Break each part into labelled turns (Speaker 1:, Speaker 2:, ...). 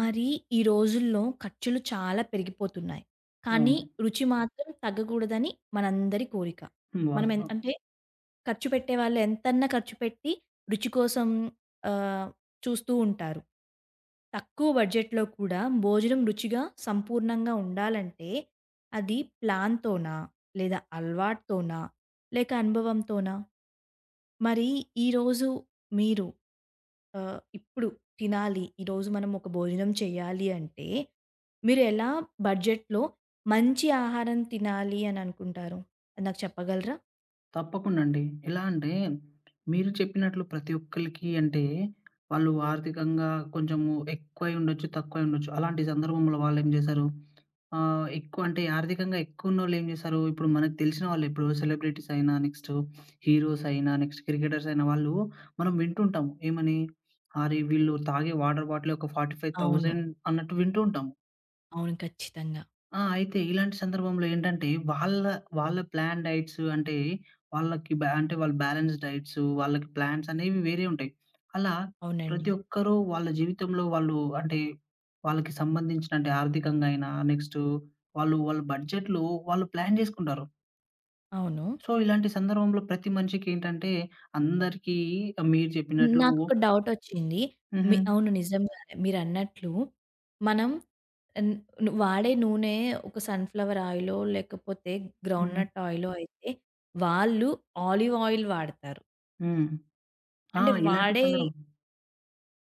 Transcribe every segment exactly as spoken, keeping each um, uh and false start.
Speaker 1: మరి ఈ రోజుల్లో ఖర్చులు చాలా పెరిగిపోతున్నాయి. కానీ
Speaker 2: అవును.
Speaker 1: రుచి మాత్రం తగ్గకూడదని మనందరి కోరిక.
Speaker 2: హ్మ్.
Speaker 1: మనం ఎన్
Speaker 2: వాస్తవం.
Speaker 1: అంటే ఖర్చు పెట్టేవాళ్ళు ఎంతన్నా ఖర్చు పెట్టి రుచి కోసం ఆహ్, చూస్తూ ఉంటారు. తక్కువ బడ్జెట్‌లో కూడా భోజనం రుచిగా, సంపూర్ణంగా ఉండాలంటే అది ప్లాన్‌తోనా? లేదా అలవాటుతోనా? లేక అనుభవంతోనా? మరి ఈరోజు మీరు ఆహ్, ఇప్పుడు తినాలి, ఈరోజు మనం ఒక భోజనం చేయాలి అంటే, మీరెలా బడ్జెట్‌లో మంచి ఆహారం తినాలి అని అనుకుంటారు? అది నాకు చెప్పగలరా?
Speaker 2: తప్పకుండా అండి. ఎలా అంటే మీరు చెప్పినట్లు ప్రతి ఒక్కళ్ళకి అంటే వాళ్ళు ఆర్థికంగా కొంచెము ఎక్కువై ఉండొచ్చు, తక్కువై ఉండొచ్చు. అలాంటి సందర్భంలో వాళ్ళేం జేశారు. ఆహ్, ఎక్కువ అంటే ఆర్థికంగా ఎక్కువున్నోళ్ళు ఏం జేశారు, ఇప్పుడు మనకు తెలిసిన వాళ్ళే ఇప్పుడు సెలబ్రిటీస్ అయినా, నెక్స్ట్ హీరోస్ అయినా, నెక్స్ట్ క్రికెటర్స్ అయినా వాళ్ళు మనం వింటుంటాము. ఏమని? అరే! వీళ్ళు తాగే వాటర్ బాటిల్ ఒక
Speaker 1: అవును.
Speaker 2: నలభై ఐదు వేలు అన్నట్టు వింటూ ఉంటాము.
Speaker 1: అవును, ఖచ్చితంగా.
Speaker 2: ఆ! అయితే ఇలాంటి సందర్భంలో ఏంటంటే, వాళ్ళ వాళ్ళ ప్లాన్ డైట్స్ అంటే, వాళ్ళకి బ్యా అంటే వాళ్ళు బ్యాలెన్స్ డైట్స్, వాళ్ళకి ప్లాన్స్ అనేవి వేరే ఉంటాయి. అలా
Speaker 1: అవునండి.
Speaker 2: ప్రతి ఒక్కరూ వాళ్ళ జీవితంలో వాళ్ళు అంటే, వాళ్ళకి సంబంధించిన అంటే ఆర్థికంగా అయినా, నెక్స్ట్ వాళ్ళు వాళ్ళ బడ్జెట్‌లో వాళ్ళు ప్లాన్ జేసుకుంటారు.
Speaker 1: అవును.
Speaker 2: సో, ఇలాంటి సందర్భంలో ప్రతి మనిషికి ఏంటంటే, అందరికీ మీరు చెప్పినట్లు.
Speaker 1: నాకొక డౌటొచ్చింది. మీ
Speaker 2: హుహు.
Speaker 1: అవును. నిజంగానే. మీరన్నట్లు మనం ఆహ్, ను వాడే నూనె ఒక సన్‌ఫ్లవర్ ఆయిలో, లేకపోతే
Speaker 2: హ్మ్.
Speaker 1: గ్రౌండ్‌నట్ ఆయిలో అయితే, వాళ్ళు ఆలివ్ ఆయిల్ వాడతారు.
Speaker 2: హ్మ్. ఆ!
Speaker 1: అంటే
Speaker 2: ఇలాంటి
Speaker 1: వాడే
Speaker 2: సందర్భం.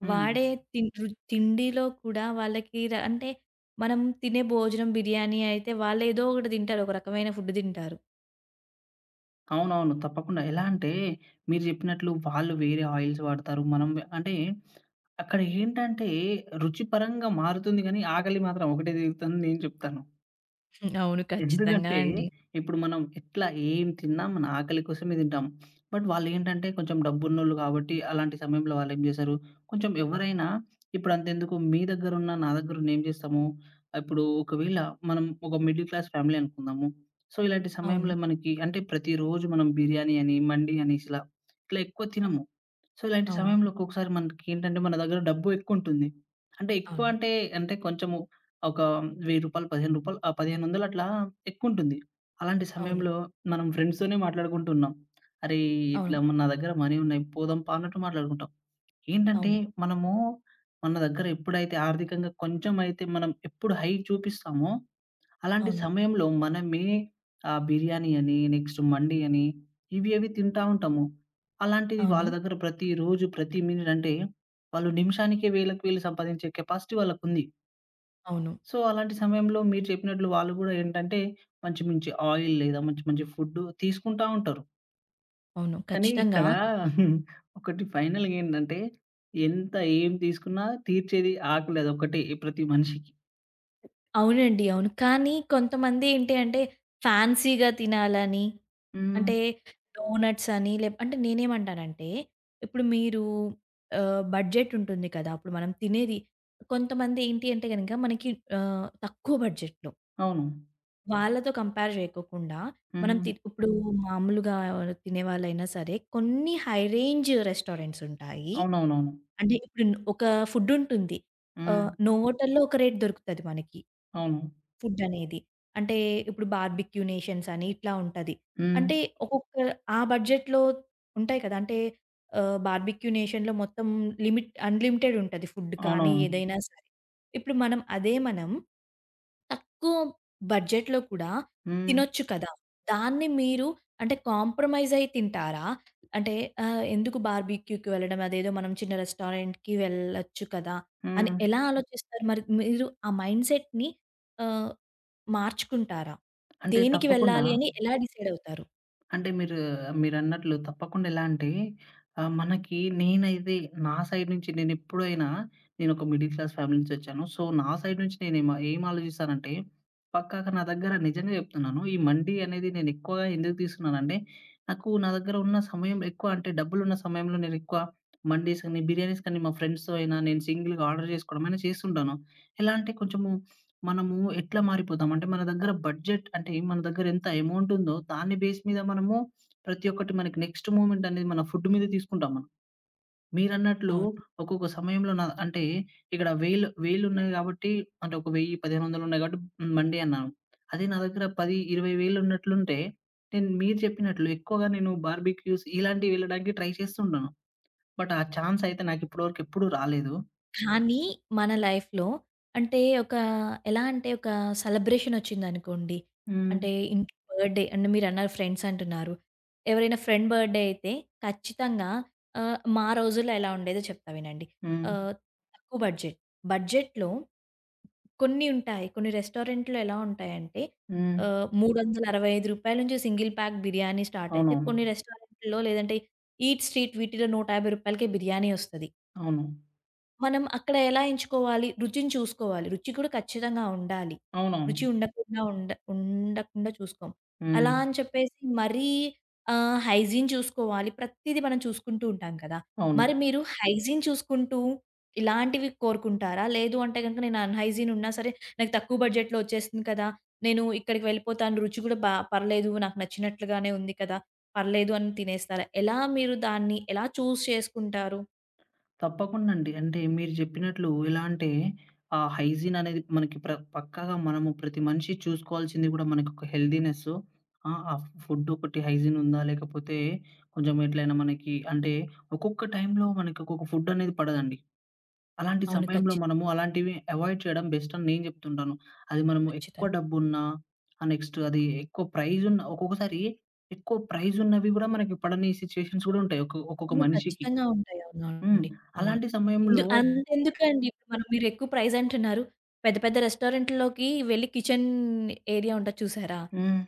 Speaker 2: హ్మ్.
Speaker 1: వాడే తిన్ రు తిండిలో కూడా వాళ్ళకి ర అంటే మనం తినే భోజనం బిర్యానీ అయితే వాళ్ళేదో ఒకటి తింటారు. ఒక రకమైన ఫుడ్ తింటారు.
Speaker 2: అవునవును. తప్పకుండా. ఎలా అంటే మీరు జెప్పినట్లు వాళ్ళు వేరే ఆయిల్స్ వాడతారు. మనం వే అంటే అక్కడ ఏంటంటే రుచిపరంగా మారుతుంది గానీ ఆకలి మాత్రం ఒకటే తీరుతుందని నేను చెప్తాను.
Speaker 1: హ్మ్. అవును, ఖచ్చితంగా
Speaker 2: ఎందుకంటే,
Speaker 1: అండి.
Speaker 2: ఇప్పుడు మనం ఎట్లా ఏం తిన్నా మన ఆకలి కోసమే తింటాం. బట్ వాళ్ళేంటంటే కొంచెం డబ్బున్నోళ్ళు కాబట్టి అలాంటి సమయంలో వాళ్ళేం జేశారు, కొంచెం ఎవరైనా ఇప్పుడు అంతెందుకు మీ దగ్గరున్న, నా దగ్గరున్న ఏం జేస్తాము, ఇప్పుడు ఒకవేళ మనం ఒక మిడిల్ క్లాస్ ఫ్యామిలీ అనుకుందాము. సో, ఇలాంటి
Speaker 1: అవును.
Speaker 2: సమయంలో మనకి అంటే ప్రతిరోజు మనం బిర్యానీ అని, మండి అనేసి ఇలా, ఇట్లా ఎక్కువ తినము. సో, ఇలాంటి
Speaker 1: అవును.
Speaker 2: సమయంలో ఒక్కొక్కసారి మనకేంటంటే మన దగ్గర డబ్బు ఎక్కువుంటుంది. అంటే ఎక్కువ
Speaker 1: అవును.
Speaker 2: అంటే, అంటే కొంచెము ఒక రూ. వెయ్యి, రూ. పదిహేను ఆ పదిహేను వందలు అట్లా ఎక్కువుంటుంది. అలాంటి
Speaker 1: అవును.
Speaker 2: సమయంలో మనం ఫ్రెండ్స్‌తోనే మాట్లాడుకుంటున్నాం. అరేయ్!
Speaker 1: అవును.
Speaker 2: ఇట్లా మ నా దగ్గర మనీ ఉన్నాయి పోదాం పా అన్నట్టు మాట్లాడుకుంటాం. ఏంటంటే
Speaker 1: అవును.
Speaker 2: మనము మన దగ్గర ఎప్పుడైతే ఆర్థికంగా కొంచెం అయితే మనం ఎప్పుడు హై చూపిస్తామో అలాంటి
Speaker 1: అవును.
Speaker 2: సమయంలో మనమే ఆ బిర్యానీ అని, నెక్స్ట్ మండి అని ఇవి అవి తింటా ఉంటాము. అలాంటిది
Speaker 1: అవును.
Speaker 2: వాళ్ళ దగ్గర ప్రతిరోజు, ప్రతి మినిట్ అంటే వాళ్ళు నిమిషానికే వేలకు వేలు సంపాదించే కెపాసిటీ వాళ్ళకుంది.
Speaker 1: అవును.
Speaker 2: సో, అలాంటి సమయంలో మీరు చెప్పినట్లు వాళ్ళు గూడా ఏంటంటే, మంచి మంచి ఆయిల్ లేదా మంచి మంచి ఫుడ్ తీసుకుంటా ఉంటారు.
Speaker 1: అవును,
Speaker 2: కానీ
Speaker 1: ఖచ్చితంగా.
Speaker 2: ఇక్కడ ఒకటి ఫైనల్‌గా ఏంటంటే, ఎంత ఏం తీసుకున్నా తీర్చేది ఆకలి అదొక్కటే ప్రతి మనిషికి.
Speaker 1: అవునండి. అవును. కానీ కొంతమంది ఏంటి అంటే, ఫ్యాన్సీగా తినాలని
Speaker 2: హ్మ్.
Speaker 1: అంటే డోనట్స్ అని లేప్ అంటే నేనేమంటానంటే, ఇప్పుడు మీరు ఆహ్, బడ్జెట్ ఉంటుంది కదా! అప్పుడు మనం తినేది కొంతమంది ఏంటి అంటే గనక మనకి ఆహ్, తక్కువ బడ్జెట్‌లో
Speaker 2: అవును.
Speaker 1: వాళ్ళతో కంపేర్ జేయకోకుండా మనం
Speaker 2: హ్మ్.
Speaker 1: తి ఇప్పుడు మామూలుగా తినేవాళ్ళైనా సరే కొన్ని హై రేంజ్ రెస్టారెంట్స్ ఉంటాయి.
Speaker 2: అవునవునవును.
Speaker 1: అంటే ఇప్పుడు ఒక ఫుడ్ ఉంటుంది.
Speaker 2: హ్మ్.
Speaker 1: ఆహ్, నోవోటెల్‌లో ఒక రేట్ దొరుకుతది మనకి.
Speaker 2: అవును.
Speaker 1: ఫుడ్ అనేది. అంటే ఇప్పుడు బార్బిక్యూ నేషన్స్ అని ఇట్లా ఉంటది.
Speaker 2: హ్మ్.
Speaker 1: అంటే ఒక్కొక్క ఆ బడ్జెట్‌లో ఉంటాయి కదా! అంటే ఆహ్, బార్బిక్యూ నేషన్‌లో మొత్తం లిమిట్ అన్‌లిమిటెడ్ ఉంటది ఫుడ్ కానీ
Speaker 2: అవునవును.
Speaker 1: ఏదైనా సరే. ఇప్పుడు మనం అదే మనం తక్కువ బడ్జెట్‌లో కూడా
Speaker 2: హ్మ్.
Speaker 1: తినొచ్చు కదా! దాన్ని మీరు అంటే కాంప్రమైజ్ అయ్యి తింటారా? అంటే ఆహ్, ఎందుకు బార్బిక్యూకి వెళ్ళడం, అదేదో మనం చిన్న రెస్టారెంట్‌కి వెళ్ళొచ్చు కదా! అని
Speaker 2: హ్మ్.
Speaker 1: ఎలా ఆలోచిస్తారు? మరి మీరు ఆ మైండ్‌సెట్‌ని ఆహ్ మార్చుకుంటారా?
Speaker 2: అంటే
Speaker 1: దేనికి
Speaker 2: తప్పకుండా
Speaker 1: వెళ్ళాలి అని ఎలా డిసైడ్ అవుతారు?
Speaker 2: అంటే మీరు మీరన్నట్లు తప్పకుండా ఎలా అంటే ఆహ్, మనకి నేనైతే నా సైడ్ నుంచి నేనెప్పుడైనా నేనొక మిడిల్ క్లాస్ ఫ్యామిలీ నుంచి వచ్చాను. సో, నా సైడ్ నుంచి నేనేం ఏం ఏం ఆలోచిస్తానంటే పక్కాగా నా దగ్గర నిజంగా చెప్తున్నాను. ఈ మండి అనేది నేనెక్కువగా ఎందుకు తీసుకున్నానంటే నాకు నా దగ్గర ఉన్న సమయం ఎక్కువ అంటే డబ్బులున్న సమయంలో నేనెక్కువ మండీస్ అని, బిర్యానీస్ కానీ మా ఫ్రెండ్స్‌తో అయినా నేను సింగిల్‌గా ఆర్డర్ చేసుకోవడం అయినా చేస్తుంటాను. ఎలా అంటే కొంచెము మనము ఎట్లా మారిపోతాం అంటే మన దగ్గర బడ్జెట్ అంటే మన దగ్గర ఎంత అమౌంట్ ఉందో దాన్ని బేస్ మీద మనము ప్రతి ఒక్కటి మనకి నెక్స్ట్ మూమెంట్ అనేది మన ఫుడ్ మీద తీసుకుంటాం మనం. మీరన్నట్లు
Speaker 1: అవును.
Speaker 2: ఒక్కొక్క సమయంలో నా అంటే ఇక్కడ వేలు వేలు ఉన్నాయి కాబట్టి అంటే ఒక వెయ్యి, పదిహేను వందలు ఉన్నాయి కాబట్టి మండి అన్నాను. అదే నా దగ్గర పది, ఇరవై వేలు ఉన్నట్లుంటే నేను మీరు చెప్పినట్లు ఎక్కువగా నేను బార్బిక్యూస్ ఇలాంటివి వెళ్ళడానికి ట్రై చేస్తుంటాను. బట్ ఆ ఛాన్స్ అయితే నాకు ఇప్పటి వరకు ఎప్పుడు రాలేదు.
Speaker 1: కానీ మన లైఫ్‌లో అంటే ఒక ఎలా అంటే ఒక సెలబ్రేషన్ వచ్చిందనుకోండి.
Speaker 2: హ్మ్.
Speaker 1: అంటే ఇంట్లో బర్త్‌డే అంటే మీరన్నారు, ఫ్రెండ్స్ అంటున్నారు. ఎవరైనా ఫ్రెండ్ బర్త్‌డే అయితే ఖచ్చితంగా ఆహ్, మా రోజుల్లో ఎలా ఉండేదో చెప్తా వినండి.
Speaker 2: హ్మ్.
Speaker 1: ఆహ్, తక్కువ బడ్జెట్. బడ్జెట్‌లో కొన్ని ఉంటాయి. కొన్ని రెస్టారెంట్‌లో ఎలా ఉంటాయంటే
Speaker 2: హ్మ్.
Speaker 1: ఆహ్, రూ. మూడు వందల అరవై ఐదు నుంచి సింగిల్ ప్యాక్ బిర్యానీ స్టార్ట్ అయితే
Speaker 2: అవునవును.
Speaker 1: కొన్ని రెస్టారెంట్‌లో లేదంటే ఈట్ స్ట్రీట్ వీటిలో రూ. 150కే బిర్యానీ వస్తది.
Speaker 2: అవును.
Speaker 1: మనం అక్కడ ఎలా ఎంచుకోవాలి? రుచిని చూసుకోవాలి. రుచి కూడా ఖచ్చితంగా ఉండాలి.
Speaker 2: అవునవును.
Speaker 1: రుచి ఉండకుండా ఉండ ఉండకుండా చూసుకోం.
Speaker 2: హ్మ్.
Speaker 1: అలా అని చెప్పేసి మరీ ఆహ్, హైజీన్ చూసుకోవాలి. ప్రతీది మనం చూసుకుంటూ ఉంటాం కదా!
Speaker 2: అవును.
Speaker 1: మరి మీరు హైజీన్ చూసుకుంటూ ఇలాంటివి కోరుకుంటారా? లేదు అంటే గనుక నేను అన్‌హైజీన్ ఉన్నా సరే నాకు తక్కువ బడ్జెట్‌లో వచ్చేస్తుంది కదా! నేను ఇక్కడికి వెళ్ళిపోతాను. రుచి కూడా బా, పర్లేదు. నాకు నచ్చినట్లుగానే ఉంది కదా! పర్లేదు అని తినేస్తారా? ఎలా మీరు దాన్ని ఎలా చూజ్ చేసుకుంటారు?
Speaker 2: తప్పకుండా అండి. అంటే మీరు చెప్పినట్లు ఎలా అంటే ఆ హైజీన్ అనేది మనకి ప్ర పక్కాగా మనము ప్రతి మనిషి చూసుకోవాల్సింది గూడా మనకొక హెల్తీనెస్. ఆ! ఆ ఫుడ్ ఒకటి హైజీన్ ఉందా? లేకపోతే కొంచెం ఎట్లైనా మనకి అంటే ఒక్కొక్క టైంలో మనకి ఒక్కొక్క ఫుడ్ అనేది పడదండి. అలాంటి
Speaker 1: అవును,
Speaker 2: సమయంలో
Speaker 1: ఖచ్చితంగా.
Speaker 2: మనము అలాంటివి అవాయిడ్ చేయడం బెస్ట్ అని నేను చెప్తుంటాను. అది మనము ఎక్కువ
Speaker 1: ఖచ్చితంగా.
Speaker 2: డబ్బున్నా ఆహ్, నెక్స్ట్ అది ఎక్కువ ప్రైజ్ ఉన్న ఒక్కొక్కసారి ఎక్కువ ప్రైజ్ ఉన్నవి గూడా మనకి పడని సిట్యుయేషన్స్ గూడా ఉంటాయి. ఒకొ ఒక్కొక్క
Speaker 1: అవును,
Speaker 2: మనిషికి.
Speaker 1: ఖచ్చితంగా ఉంటాయి.
Speaker 2: హ్మ్.
Speaker 1: అవునండి. అవును.
Speaker 2: అలాంటి
Speaker 1: ఎందు
Speaker 2: సమయంలో.
Speaker 1: అంతెందుకండి ఇప్పుడు మనం, మీరెక్కువ ప్రైస్ అంటున్నారు. పెద్ద పెద్ద రెస్టారెంట్‌లోకి వెళ్ళి కిచెన్ ఏరియా ఉంటది చూసారా?
Speaker 2: హ్మ్.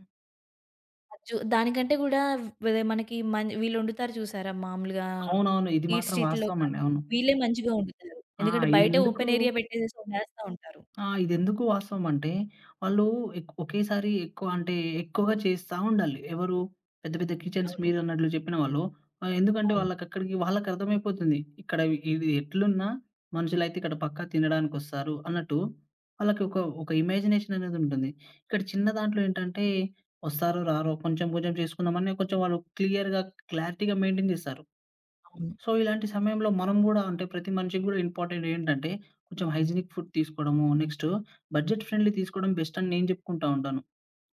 Speaker 1: అది చు దానికంటే గూడా వె మనకి మం వీళ్ళొండుతారు చూసారా, మామూలుగా
Speaker 2: అవునవును. ఇది
Speaker 1: ఈట్
Speaker 2: మాత్రం
Speaker 1: స్ట్రీట్‌లో
Speaker 2: వాస్తవమండి.
Speaker 1: కానీ,
Speaker 2: అవును.
Speaker 1: వీళ్ళే మంచిగా వండుతారు.
Speaker 2: ఆ!
Speaker 1: ఎందుకంటే బయటే
Speaker 2: ఇదెందుకు
Speaker 1: ఓపెన్ ఏరియా పెట్టేసేసి వండేస్తా ఉంటారు.
Speaker 2: ఆ! ఇదెందుకు వాస్తవం అంటే, వాళ్ళు ఎక్ ఒకేసారి ఎక్కువ అంటే, ఎక్కువగా చేస్తా ఉండాలి. ఎవరు పెద్ద పెద్ద కిచెన్స్
Speaker 1: అవును.
Speaker 2: మీరన్నట్లు చెప్పిన వాళ్ళు ఆహ్, ఎందుకంటే
Speaker 1: అవును.
Speaker 2: వాళ్ళకక్కడికి వాళ్ళకర్థమైపోతుంది. ఇక్కడ ఇది ఎట్లున్నా మనుషులైతే ఇక్కడ పక్కా తినడానికొస్తారు అన్నట్టు వాళ్ళకి ఒక, ఒక ఇమాజినేషన్ అనేదుంటుంది. ఇక్కడ చిన్న దాంట్లో ఏంటంటే, వస్తారో రారో కొంచెం కొంచెం చేసుకుందామని కొంచెం వాళ్ళు క్లియర్‌గా, క్లారిటీగా మెయింటైన్ చేస్తారు.
Speaker 1: అవును,
Speaker 2: సో, ఇలాంటి సమయంలో మనం గూడా అంటే ప్రతి మనిషికి గూడా ఇంపార్టెంట్ ఏంటంటే, కొంచెం హైజీనిక్ ఫుడ్ తీసుకోవడము, నెక్స్ట్ బడ్జెట్ ఫ్రెండ్లీ తీసుకోవడం బెస్ట్ అని నేను జెప్పుకుంటా ఉంటాను.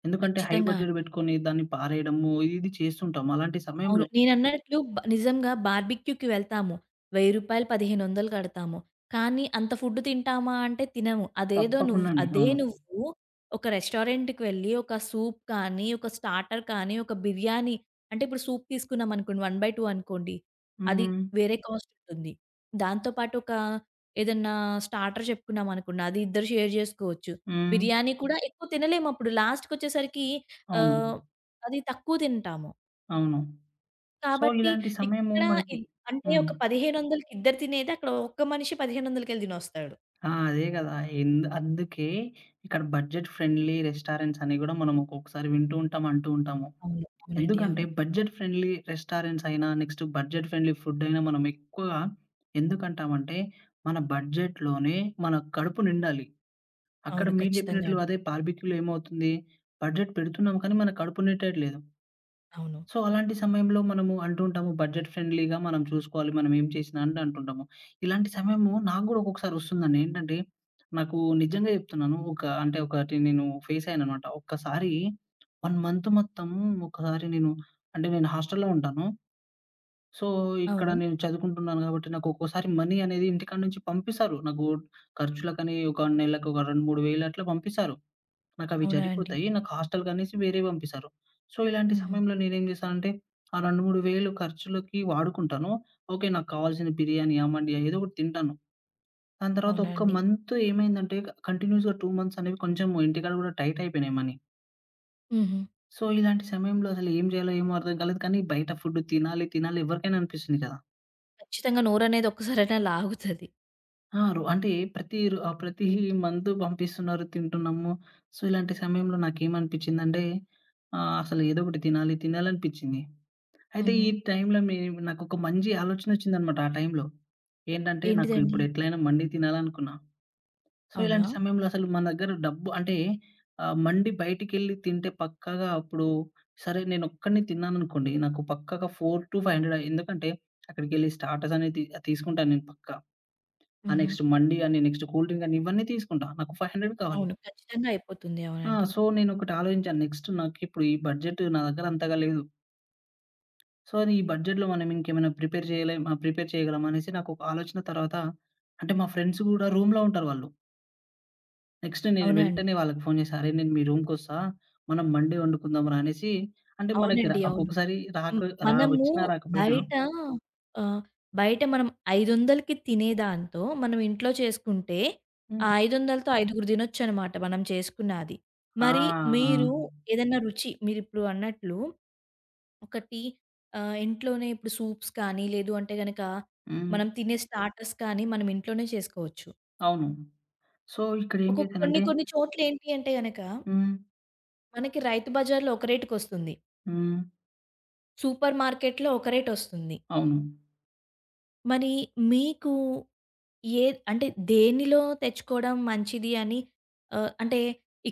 Speaker 2: ఎందుకంటే హై
Speaker 1: ఖచ్చితంగా.
Speaker 2: బడ్జెట్ బెట్టుకొని దాన్ని పారేయడము ఇది, ఇది చేస్తుంటాం. అలాంటి
Speaker 1: అవును,
Speaker 2: సమయంలో
Speaker 1: నేనన్నట్లు బ నిజంగా బార్బిక్యూకి వెళ్తాము. రూ. వెయ్యి, పదిహేను వందలు కడతాము. కానీ అంత ఫుడ్ తింటామా అంటే తినము. అదేదో నువ్వు
Speaker 2: తప్పకుండా అండి.
Speaker 1: అదే
Speaker 2: అవును.
Speaker 1: నువ్వు ఒక రెస్టారెంట్‌కి వెళ్ళి ఒక సూప్ కానీ, ఒక స్టార్టర్ కానీ, ఒక బిర్యానీ, అంటే ఇప్పుడు సూప్ తీసుకున్నామనుకోండి వన్ బై టు అనుకోండి. అది
Speaker 2: హ్మ్.
Speaker 1: వేరే కాస్ట్ ఉంటుంది. దాంతో పాటు ఒక ఏదన్నా స్టార్టర్ చెప్పుకున్నామనుకోండి, అది ఇద్దరు షేర్ జేసుకోవచ్చు.
Speaker 2: హ్మ్.
Speaker 1: బిర్యానీ కూడా ఎక్కువ తినలేమప్పుడు. లాస్ట్‌కొచ్చేసరికి
Speaker 2: అవును.
Speaker 1: ఆహ్, అది తక్కువ తింటాము.
Speaker 2: అవును. సో,
Speaker 1: కాబట్టి
Speaker 2: ఇలాంటి సమయము
Speaker 1: ఇక్కడ
Speaker 2: మనకి.
Speaker 1: ఇద్ అంటే
Speaker 2: హ్మ్.
Speaker 1: ఒక పదిహేను వందలకి ఇద్దరు తినేది అక్కడ ఒక్క మనిషి పదిహేను వందలకెళ్ళి తినొస్తాడు.
Speaker 2: ఆ! అదే గదా! ఎందు అందుకే ఇక్కడ బడ్జెట్ ఫ్రెండ్లీ రెస్టారెంట్స్ అని గూడా మనం ఒక్కొక్కసారి వింటూ ఉంటాం, అంటూ ఉంటాము.
Speaker 1: అవును. అవునండి.
Speaker 2: ఎందుకంటే
Speaker 1: అవును.
Speaker 2: బడ్జెట్ ఫ్రెండ్లీ రెస్టారెంట్స్ అయినా, నెక్స్ట్ బడ్జెట్ ఫ్రెండ్లీ ఫుడ్ అయినా మనం ఎక్కువగా ఎందుకంటామంటే, మన బడ్జెట్‌లోనే మన కడుపు నిండాలి. అక్కడ
Speaker 1: అవును,
Speaker 2: మీరు
Speaker 1: ఖచ్చితంగా
Speaker 2: చెప్పినట్లు
Speaker 1: అండి.
Speaker 2: అదే బార్బిక్యూలో ఏమవుతుంది, బడ్జెట్ పెడుతున్నాం కానీ మన కడుపు నిండట్లేదు.
Speaker 1: అవును.
Speaker 2: సో, అలాంటి సమయంలో మనము అంటుంటాము బడ్జెట్ ఫ్రెండ్లీగా మనం చూసుకోవాలి. మనం ఏం చేసినా అని అంటుంటాము. ఇలాంటి సమయము నాకు గూడా ఒక్కొక్కసారి ఒస్తుందండి. ఏంటంటే, నాకు నిజంగా జెప్తున్నాను. ఒక అంటే ఒకటి నేను ఫేస్ అయ్యాననమాట. ఒక్కసారి ఒక మంత్ మొత్తం ఒకసారి నేను అంటే నేను హాస్టల్‌లో ఉంటాను. సో, ఇక్కడ
Speaker 1: అవును.
Speaker 2: నేను చదువుకుంటున్నాను గాబట్టి నాకు ఒక్కోసారి మనీ అనేది ఇంటికాడ నుంచి పంపిస్తారు. నాకు ఖర్చులకని ఒక నెలకు ఒక రెండు, మూడు వేలు అట్లా పంపిస్తారు. నాకవి
Speaker 1: అవునా అండి?
Speaker 2: జరిపోతాయి. నాకు హాస్టల్‌కనేసి వేరే పంపిస్తారు. సో, ఇలాంటి
Speaker 1: హుహు.
Speaker 2: సమయంలో నేనేం చేశానంటే, ఆ రెండు, మూడు వేలు ఖర్చులకి వాడుకుంటాను. ఓకే. నాకు కావాల్సిన బిర్యానీయా, మండియా ఏదో ఒకటి తింటాను. దాని తర్వాత
Speaker 1: అవునా
Speaker 2: ఒక్క
Speaker 1: అండి?
Speaker 2: మంత్ ఏమైందంటే కంటిన్యూయస్‌గా రెండు మంత్స్ అనేవి కొంచెం ఇంటికాడ కూడా టైట్ అయిపోయినాయి మనీ.
Speaker 1: హుహు.
Speaker 2: సో, ఇలాంటి సమయంలో అసలు ఏం చేయాలో ఏమో అర్థం కాలేదు. కానీ బయట ఫుడ్ తినాలి, తినాలి ఎవరికైనా అనిపిస్తుంది కదా!
Speaker 1: ఖచ్చితంగా, నోరనేది ఒక్కసారైనా లాగుతది.
Speaker 2: ఆ! రో అంటే ప్రతి రో ఆహ్, ప్రతి మంత్ పంపిస్తున్నారు, తింటున్నాము. సో, ఇలాంటి సమయంలో నాకేమనిపించిందంటే ఆహ్, అసలు ఏదో ఒకటి తినాలి, తినాలనిపించింది. అయితే
Speaker 1: హుహు.
Speaker 2: ఈ టైంలో మీ నాకొక మంచి ఆలోచనొచ్చిందనమాట ఆ టైంలో. ఏంటంటే, నాకు
Speaker 1: ఏంటిదండి?
Speaker 2: ఇప్పుడు ఎట్లైనా మండి తినాలనుకున్నా. సో,
Speaker 1: అవునా?
Speaker 2: ఇలాంటి సమయంలో అసలు మన దగ్గర డబ్బు అంటే ఆహ్, మండి బయటికెళ్ళి తింటే పక్కాగా అప్పుడు సరే నేనొక్కడినే తిన్నాననుకోండి, నాకు పక్కాగా నాలుగు వందల ఐదు వందలు ఎందుకంటే, అక్కడికెళ్ళి స్టార్టర్స్ అనేది తీ తీసుకుంటాను నేను పక్కా. ఆ
Speaker 1: హుహు.
Speaker 2: నెక్స్ట్ మండి అని, నెక్స్ట్ కూల్ డ్రింక్ అని ఇవన్నీ తీసుకుంటా. నాకు ఐదు వందలు కావాలి.
Speaker 1: అవును, ఖచ్చితంగా అయిపోతుంది.
Speaker 2: ఆ!
Speaker 1: అవునండి.
Speaker 2: సో, నేనొకటి ఆలోచించాను నెక్స్ట్ నాకిప్పుడు ఈ బడ్జెట్ నా దగ్గర అంతగా లేదు. సో, అది ఈ బడ్జెట్‌లో మనం ఇంకేమైనా ప్రిపేర్ చేయలేమా ప్రిపేర్ చేయగలమా అనేసి నాకొక ఆలోచన తర్వాత అంటే మా ఫ్రెండ్స్ గూడా రూమ్‌లో ఉంటారు వాళ్ళు. నెక్స్ట్ నేను
Speaker 1: అవునా అండి?
Speaker 2: వెంటనే వాళ్ళకి ఫోను చేశా, "అరేయ్! నేను మీ రూమ్‌కొస్తా. మనం మండే వండుకుందాం రా" అనేసి అంటే మనకి ర
Speaker 1: అవునండి. అవును.
Speaker 2: ఒక్కొక్కసారి రాక
Speaker 1: హ్మ్.
Speaker 2: రా
Speaker 1: మనము
Speaker 2: వచ్చినా రాకపోయినా.
Speaker 1: బయట ఆహ్, బయట మనం ఐదు వందలకి తినేదాంతో, మనం ఇంట్లో చేసుకుంటే, ఆ
Speaker 2: హ్మ్.
Speaker 1: ఐదు వందలతో ఐదుగురు తినొచ్చనమాట మనం చేసుకున్నది.
Speaker 2: ఆ!
Speaker 1: మరి
Speaker 2: ఆ!
Speaker 1: మీరు ఏదన్నా రుచి మీరిప్పుడు అన్నట్లు ఒకటి ఆహ్, ఇంట్లోనే ఇప్పుడు సూప్స్ కానీ, లేదు అంటే గనక
Speaker 2: హ్మ్.
Speaker 1: మనం తినే స్టార్టర్స్ కానీ, మనం ఇంట్లోనే చేసుకోవచ్చు.
Speaker 2: అవును. సో, ఇక్కడ ఏం
Speaker 1: ఒక కొన్ని
Speaker 2: చేశానంటే.
Speaker 1: కొన్ని చోట్లేంటి అంటే గనక,
Speaker 2: హ్మ్.
Speaker 1: మనకి రైతు బజార్‌లో ఒక రేటుకొస్తుంది.
Speaker 2: హ్మ్.
Speaker 1: సూపర్ మార్కెట్‌లో ఒక రేటొస్తుంది.
Speaker 2: అవును.
Speaker 1: మరి మీకు ఏ అంటే దేనిలో తెచ్చుకోవడం మంచిది అని ఆహ్, అంటే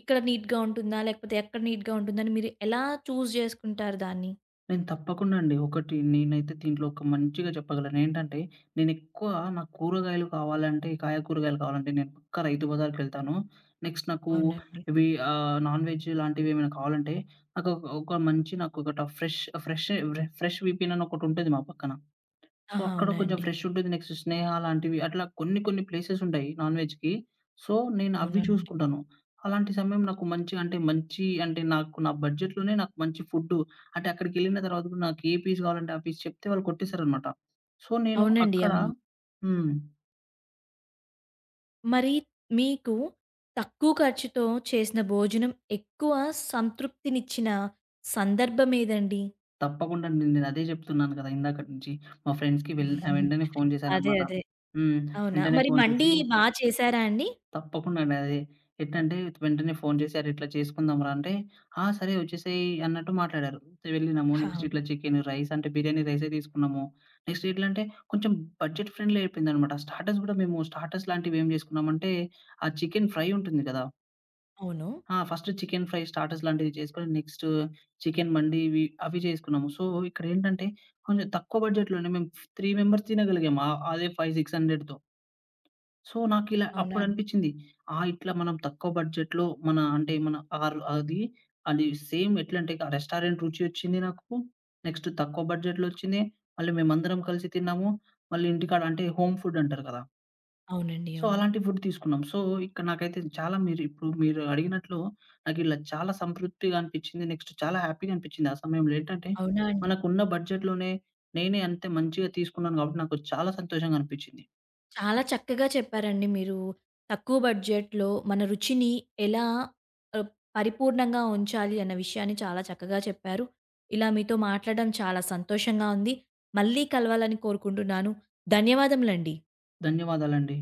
Speaker 1: ఇక్కడ నీట్‌గా ఉంటుందా? లేకపోతే ఎక్కడ నీట్‌గా ఉంటుందని మీరు ఎలా చూజ్ చేసుకుంటారు దాన్ని?
Speaker 2: నేను తప్పకుండా అండి. ఒకటి నేనైతే దీంట్లో ఒక మంచిగా చెప్పగలను. ఏంటంటే, నేనెక్కువ నాకు కూరగాయలు కావాలంటే, కాయ కూరగాయలు కావాలంటే, నేను పక్కా రైతు బజార్‌కెళ్తాను. నెక్స్ట్ నాకు
Speaker 1: అవునా అండి?
Speaker 2: ఇవి ఆహ్, నాన్ వెజ్ లాంటివేమైనా కావాలంటే, నాకు ఒక ఒక మంచి నాకొకట ఫ్రెష్ ఫ్రెష్ ఫ్రెష్ వీపీనని ఒకటుంటది మా పక్కన. సో,
Speaker 1: ఆహా!
Speaker 2: అక్కడ
Speaker 1: అవునా
Speaker 2: కొంచెం
Speaker 1: అండి?
Speaker 2: ఫ్రెష్ ఉంటది. నెక్స్ట్ స్నేహ లాంటివి అట్లా కొన్ని కొన్ని ప్లేసెస్ ఉంటాయి నాన్ వెజ్‌కి. సో, నేను
Speaker 1: అవునా
Speaker 2: అవి
Speaker 1: అండి?
Speaker 2: చూసుకుంటాను. అలాంటి సమయం నాకు మంచి అంటే మంచి అంటే నాకు నా బడ్జెట్‌లోనే నాకు మంచి ఫుడ్డు అంటే అక్కడికెళ్ళిన తర్వాత కూడా నాకు ఏ పీస్ కావాలంటే ఆ పీస్ చెప్తే వాళ్ళు కొట్టేసారనమాట. సో, నేను
Speaker 1: అవునండి.
Speaker 2: అక్కడ.
Speaker 1: అవును.
Speaker 2: హ్మ్.
Speaker 1: మరి మీకు తక్కువ ఖర్చుతో చేసిన భోజనం ఎక్కువ సంతృప్తినిచ్చిన సందర్భం ఏదండి?
Speaker 2: తప్పకుండా అండి. నేను అదే చెప్తున్నాను కదా! ఇందాకటి నుంచి. మా ఫ్రెండ్స్‌కి వెల్
Speaker 1: ఉహుహు.
Speaker 2: వెంటనే ఫోను
Speaker 1: అదే.
Speaker 2: చేశాననమాట.
Speaker 1: అదే.
Speaker 2: హ్మ్.
Speaker 1: అవునా?
Speaker 2: వెంటనే
Speaker 1: మరి
Speaker 2: ఫోను
Speaker 1: మండీ
Speaker 2: చేసి
Speaker 1: బా చేశారా అండి?
Speaker 2: తప్పకుండా అండి. అది ఎట్టంటే వెంటనే ఫోను చేసి "అరే! ఇట్లా చేసుకుందాం రా" అంటే, "ఆ! సరే వచ్చేసేయి" అన్నట్టు మాట్లాడారు. వెళ్ళినాము. నెక్స్ట్
Speaker 1: అవును.
Speaker 2: ఇట్లా చికెన్, రైస్ అంటే బిర్యానీ రైసే తీసుకున్నాము. నెక్స్ట్ ఎట్లా అంటే కొంచెం బడ్జెట్ ఫ్రెండ్లీ అయిపోయిందనమాట. స్టార్టర్స్ గూడా మేము స్టార్టర్స్ లాంటివి ఏం చేసుకున్నామంటే, ఆ చికెన్ ఫ్రై ఉంటుంది కదా!
Speaker 1: అవును.
Speaker 2: ఆ! ఫస్ట్ చికెన్ ఫ్రై స్టార్టర్స్ లాంటివి చేసుకొని, నెక్స్ట్ చికెన్ మండి ఇవి అవి చేసుకున్నాము. సో, ఇక్కడేంటంటే కొంచెం తక్కువ బడ్జెట్‌లోనే మేము మూడు మెంబర్స్ తినగలిగాము. ఆహ్, అదే ఐదు, 600తో. సో, నాకిలా
Speaker 1: అవునా అండి?
Speaker 2: అప్పుడనిపిచ్చింది. ఆ! ఇట్లా మనం తక్కువ బడ్జెట్‌లో మన అంటే మన ఆర్ అది, అది సేమ్ ఎట్లంటే ఇక రెస్టారెంట్ రుచి ఒచ్చింది నాకు. నెక్స్ట్ తక్కువ బడ్జెట్‌లో ఒచ్చింది. మళ్ళీ మేమందరం కలిసి తిన్నాము. మళ్ళీ ఇంటికాడ అంటే హోమ్ ఫుడ్ అంటారు కదా!
Speaker 1: అవునండి.
Speaker 2: సో,
Speaker 1: అవును.
Speaker 2: అలాంటి ఫుడ్ తీసుకున్నాం. సో, ఇక్కడ నాకైతే చాలా మీరు ఇప్పుడు మీరు అడిగినట్లు నాకిలా చాలా సంతృప్తిగా అనిపిచ్చింది. నెక్స్ట్ చాలా హ్యాపీగా అనిపిచ్చింది. ఆ సమయంలో ఏంటంటే,
Speaker 1: అవునా అండి?
Speaker 2: మనకున్న బడ్జెట్‌లోనే నేనే అంత మంచిగా తీసుకున్నాను గాబట్టి నాకు చాలా సంతోషంగా అనిపిచ్చింది.
Speaker 1: చాలా చక్కగా చెప్పారండి మీరు. తక్కువ బడ్జెట్‌లో మన రుచిని ఎలా ఆహ్, పరిపూర్ణంగా ఉంచాలి అన్న విషయాన్ని చాలా చక్కగా చెప్పారు. ఇలా మీతో మాట్లాడడం చాలా సంతోషంగా ఉంది. మళ్ళీ కలవాలని కోరుకుంటున్నాను. ధన్యవాదములండి.
Speaker 2: ధన్యవాదాలండి.